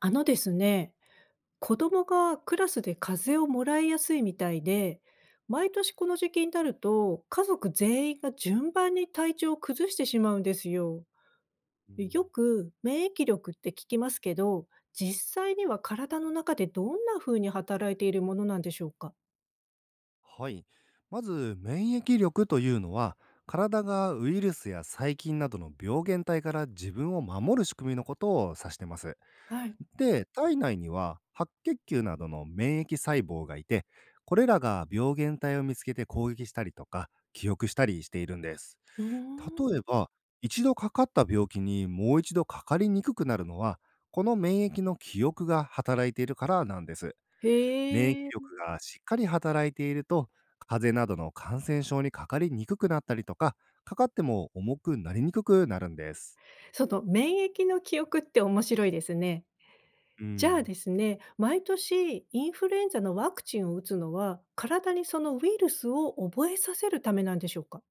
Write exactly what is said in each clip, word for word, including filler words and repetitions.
あのですね、子供がクラスで風邪をもらいやすいみたいで、毎年この時期になると、家族全員が順番に体調を崩してしまうんですよ。うよん、く免疫力って聞きますけど、実際には体の中でどんな風に働いているものなんでしょうか。はい。まず、免疫力というのは、体がウイルスや細菌などの病原体から自分を守る仕組みのことを指してます。はい。で、体内には白血球などの免疫細胞がいて、これらが病原体を見つけて攻撃したりとか、記憶したりしているんです。うーん。例えば、一度かかった病気にもう一度かかりにくくなるのは、この免疫の記憶が働いているからなんです。免疫へえ。力がしっかり働いていると、風邪などの感染症にかかりにくくなったりとか、かかっても重くなりにくくなるんです。その免疫の記憶って面白いですね。うじゃあん。ですね、毎年インフルエンザのワクチンを打つのは、体にそのウイルスを覚えさせるためなんでしょうか？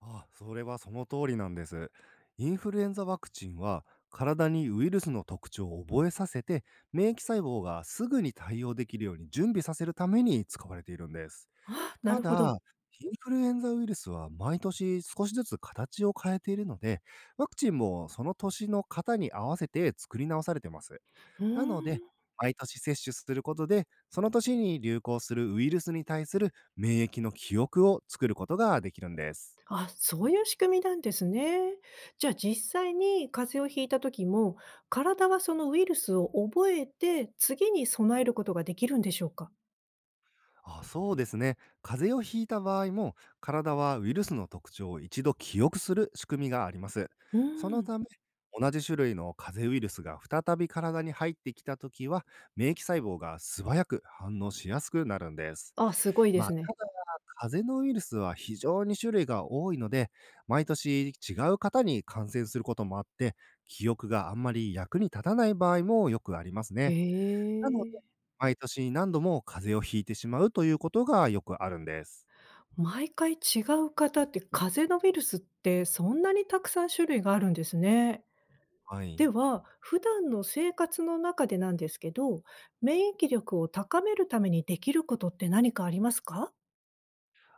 あ、それはその通りなんです。インフルエンザワクチンは、体にウイルスの特徴を覚えさせて、免疫細胞がすぐに対応できるように準備させるために使われているんです。あなたるほど。だ、インフルエンザウイルスは毎年少しずつ形を変えているので、ワクチンもその年の型に合わせて作り直されてます。うーなので、ん。毎年接種することで、その年に流行するウイルスに対する免疫の記憶を作ることができるんです。あ、そういう仕組みなんですね。じゃあ実際に風邪をひいた時も、体はそのウイルスを覚えて、次に備えることができるんでしょうか？あ、そうですね。風邪をひいた場合も、体はウイルスの特徴を一度記憶する仕組みがあります。うそのん。ため、同じ種類の風邪ウイルスが再び体に入ってきたときは、免疫細胞が素早く反応しやすくなるんです。あ、すごいでまあ、すたね。だ、風邪のウイルスは非常に種類が多いので、毎年違う方に感染することもあって、記憶があんまり役に立たない場合もよくありますね。へなので、え。毎年何度も風邪をひいてしまうということがよくあるんです。毎回違う方って、風邪のウイルスってそんなにたくさん種類があるんですね。はい。では、普段の生活の中でなんですけど、免疫力を高めるためにできることって何かありますか？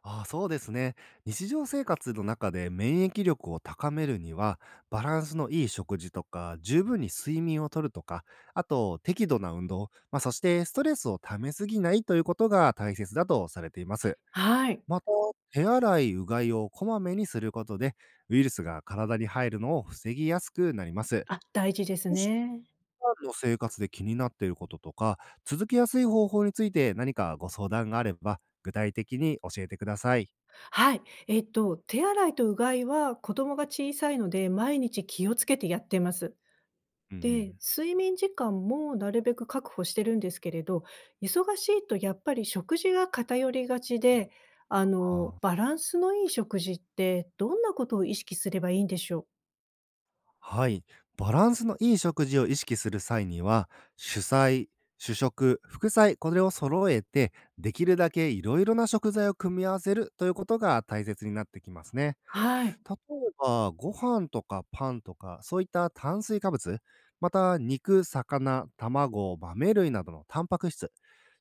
ああ、そうですね。日常生活の中で免疫力を高めるには、バランスのいい食事とか、十分に睡眠をとるとか、あと適度な運動、まあ、そしてストレスを溜めすぎないということが大切だとされています。はい。また、手洗い、うがいをこまめにすることで、ウイルスが体に入るのを防ぎやすくなります。あ。大事ですね。普段の生活で気になっていることとか、続けやすい方法について何かご相談があれば、具体的に教えてください。はい。えっと、手洗いとうがいは子供が小さいので、毎日気をつけてやってます。うんうで、ん。睡眠時間もなるべく確保してるんですけれど、忙しいとやっぱり食事が偏りがちで、ああの、あ、バランスのいい食事ってどんなことを意識すればいいんでしょう？はい。バランスのいい食事を意識する際には、主菜、主食、副菜、これを揃えて、できるだけいろいろな食材を組み合わせるということが大切になってきますね。はい。例えば、ご飯とかパンとか、そういった炭水化物、また肉、魚、卵、豆類などのタンパク質、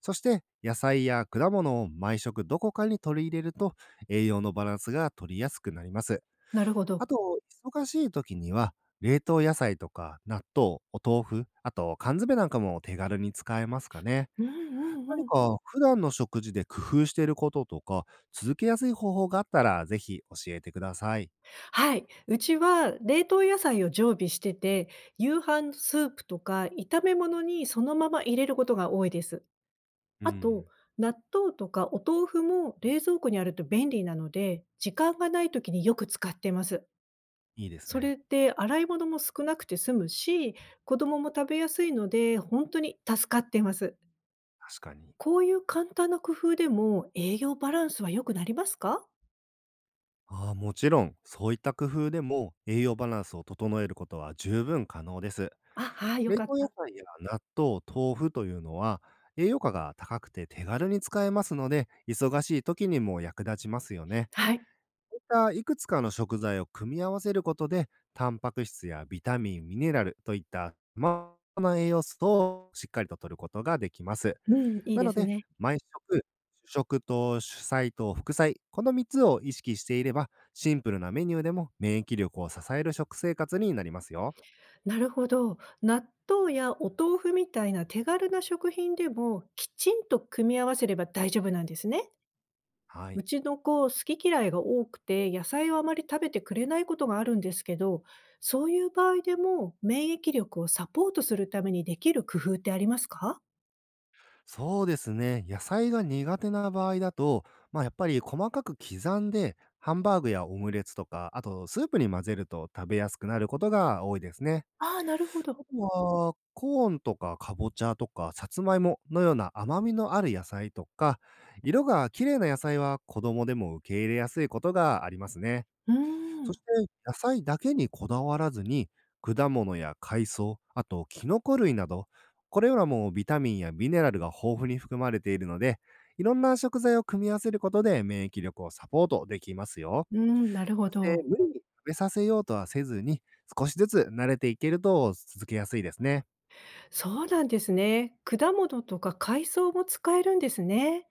そして野菜や果物を毎食どこかに取り入れると栄養のバランスが取りやすくなります。なるほあど。と、忙しい時には冷凍野菜とか納豆、お豆腐、あと缶詰なんかも手軽に使えますかね。うんうん何うん。か普段の食事で工夫していることとか、続けやすい方法があったらぜひ教えてください。はい。うちは冷凍野菜を常備してて、夕飯スープとか炒め物にそのまま入れることが多いです。うあと、ん。納豆とかお豆腐も冷蔵庫にあると便利なので、時間がない時によく使ってます。いいですそね。れで洗い物も少なくて済むし、子供も食べやすいので、本当に助かってます。確かに。こういう簡単な工夫でも栄養バランスは良くなりますか。ああ、もちろん、そういった工夫でも栄養バランスを整えることは十分可能です。あ、はい、よ冷かっ凍野た。菜や納豆、豆腐というのは、栄養価が高くて手軽に使えますので、忙しい時にも役立ちますよね。はい。こういったいくつかの食材を組み合わせることで、タンパク質やビタミン、ミネラルといった、まあな栄養素をしっかりと摂ることができます。うん、いいなでのすで、ね。毎食、主食と主菜と副菜、このみっつを意識していれば、シンプルなメニューでも免疫力を支える食生活になりますよ。なるほど。納豆やお豆腐みたいな手軽な食品でもきちんと組み合わせれば大丈夫なんですね。はい。うちの子、好き嫌いが多くて野菜をあまり食べてくれないことがあるんですけど、そういう場合でも免疫力をサポートするためにできる工夫ってありますか。そうですね。野菜が苦手な場合だと、まあやっぱり細かく刻んで、ハンバーグやオムレツとか、あとスープに混ぜると食べやすくなることが多いですね。ああー、なるほあど。とは、コーンとかかぼちゃとかさつまいものような甘みのある野菜とか、色が綺麗な野菜は子供でも受け入れやすいことがありますね。うーそん。して、野菜だけにこだわらずに、果物や海藻、あとキノコ類など、これらもビタミンやミネラルが豊富に含まれているので、いろんな食材を組み合わせることで免疫力をサポートできますよ。うーん、なるほそして、ど。無理に食べさせようとはせずに、少しずつ慣れていけると続けやすいですね。そうなんですね。果物とか海藻も使えるんですね。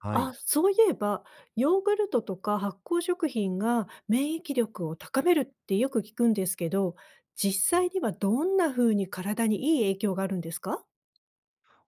はあ、い。そういえば、ヨーグルトとか発酵食品が免疫力を高めるってよく聞くんですけど、実際にはどんな風に体にいい影響があるんですか。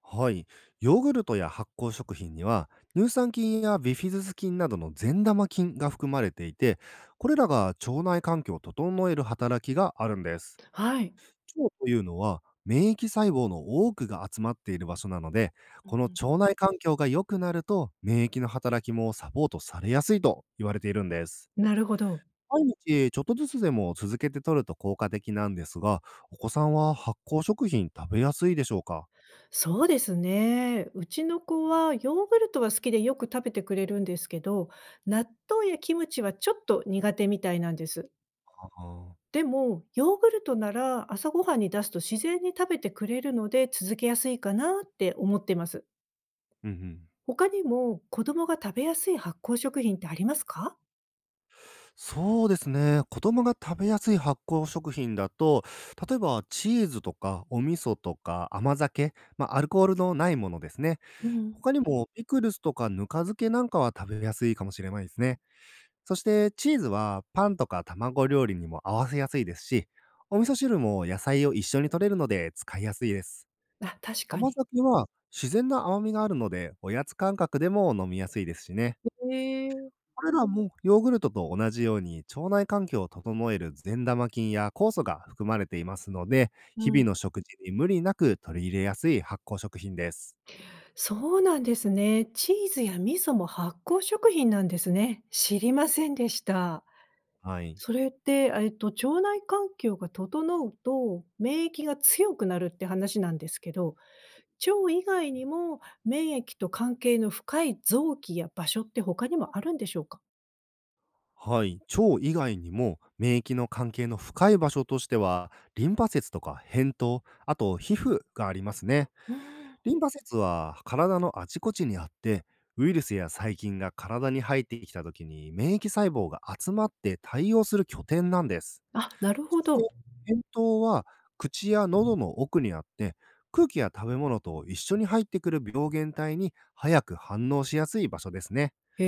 はい。ヨーグルトや発酵食品には、乳酸菌やビフィズス菌などの善玉菌が含まれていて、これらが腸内環境を整える働きがあるんです。はい。腸というのは、免疫細胞の多くが集まっている場所なので、うこんのうん。腸内環境が良くなると、免疫の働きもサポートされやすいと言われているんです。なるほど。毎日ちょっとずつでも続けて取ると効果的なんですが、お子さんは発酵食品食べやすいでしょうか？そうですね。うちの子はヨーグルトは好きでよく食べてくれるんですけど、納豆やキムチはちょっと苦手みたいなんです。あー、でも、ヨーグルトなら朝ごはんに出すと自然に食べてくれるので続けやすいかなって思ってます。うんうん、他にも子供が食べやすい発酵食品ってありますか？そうですね。子供が食べやすい発酵食品だと、例えばチーズとかお味噌とか甘酒、まあ、アルコールのないものですね。うん。他にもピクルスとかぬか漬けなんかは食べやすいかもしれないですね。そしてチーズはパンとか卵料理にも合わせやすいですし、お味噌汁も野菜を一緒に摂れるので使いやすいです。あ、確か甘に。酒は自然な甘みがあるので、おやつ感覚でも飲みやすいですしね。へえ。これらもヨーグルトと同じように腸内環境を整える善玉菌や酵素が含まれていますので、う日々のん。食事に無理なく取り入れやすい発酵食品です。そうなんですね。チーズや味噌も発酵食品なんですね。知りませんでした。はい。それって、えっと、腸内環境が整うと、免疫が強くなるって話なんですけど、腸以外にも免疫と関係の深い臓器や場所って他にもあるんでしょうか？はい。腸以外にも免疫の関係の深い場所としては、リンパ節とか扁桃、あと皮膚がありますね。うん。リンパ節は体のあちこちにあって、ウイルスや細菌が体に入ってきた時に免疫細胞が集まって対応する拠点なんです。あ、なるそほして、ど。扁桃は口や喉の奥にあって、空気や食べ物と一緒に入ってくる病原体に早く反応しやすい場所ですね。へ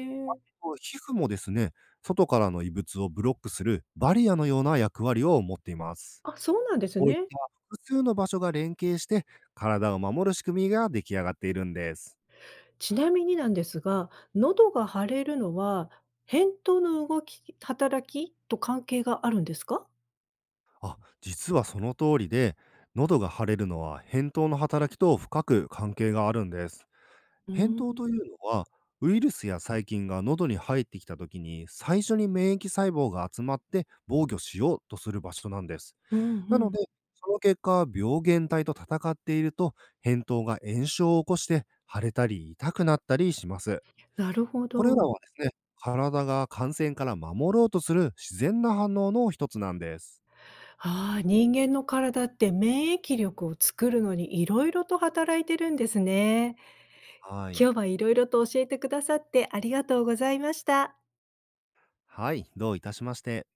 え。こう皮膚もですね、外からの異物をブロックするバリアのような役割を持っています。あ、そうなんですこういっね。た複数の場所が連携して、体を守る仕組みが出来上がっているんです。ちなみになんですが、喉が腫れるのは、扁桃の動き働きと関係があるんですか？実はその通りで、喉が腫れるのは扁桃の働きと深く関係があるんです。うー扁桃とん。いうのは、ウイルスや細菌が喉に入ってきた時に、最初に免疫細胞が集まって防御しようとする場所なんです。うんうなのん。で、その結果、病原体と戦っていると、扁桃が炎症を起こして、腫れたり痛くなったりします。なるほこれらど。はですね、体が感染から守ろうとする自然な反応の一つなんです。ああ、人間の体って免疫力を作るのにいろいろと働いてるんですね。はい。今日はいろいろと教えてくださってありがとうございました。はい、どういたしまして。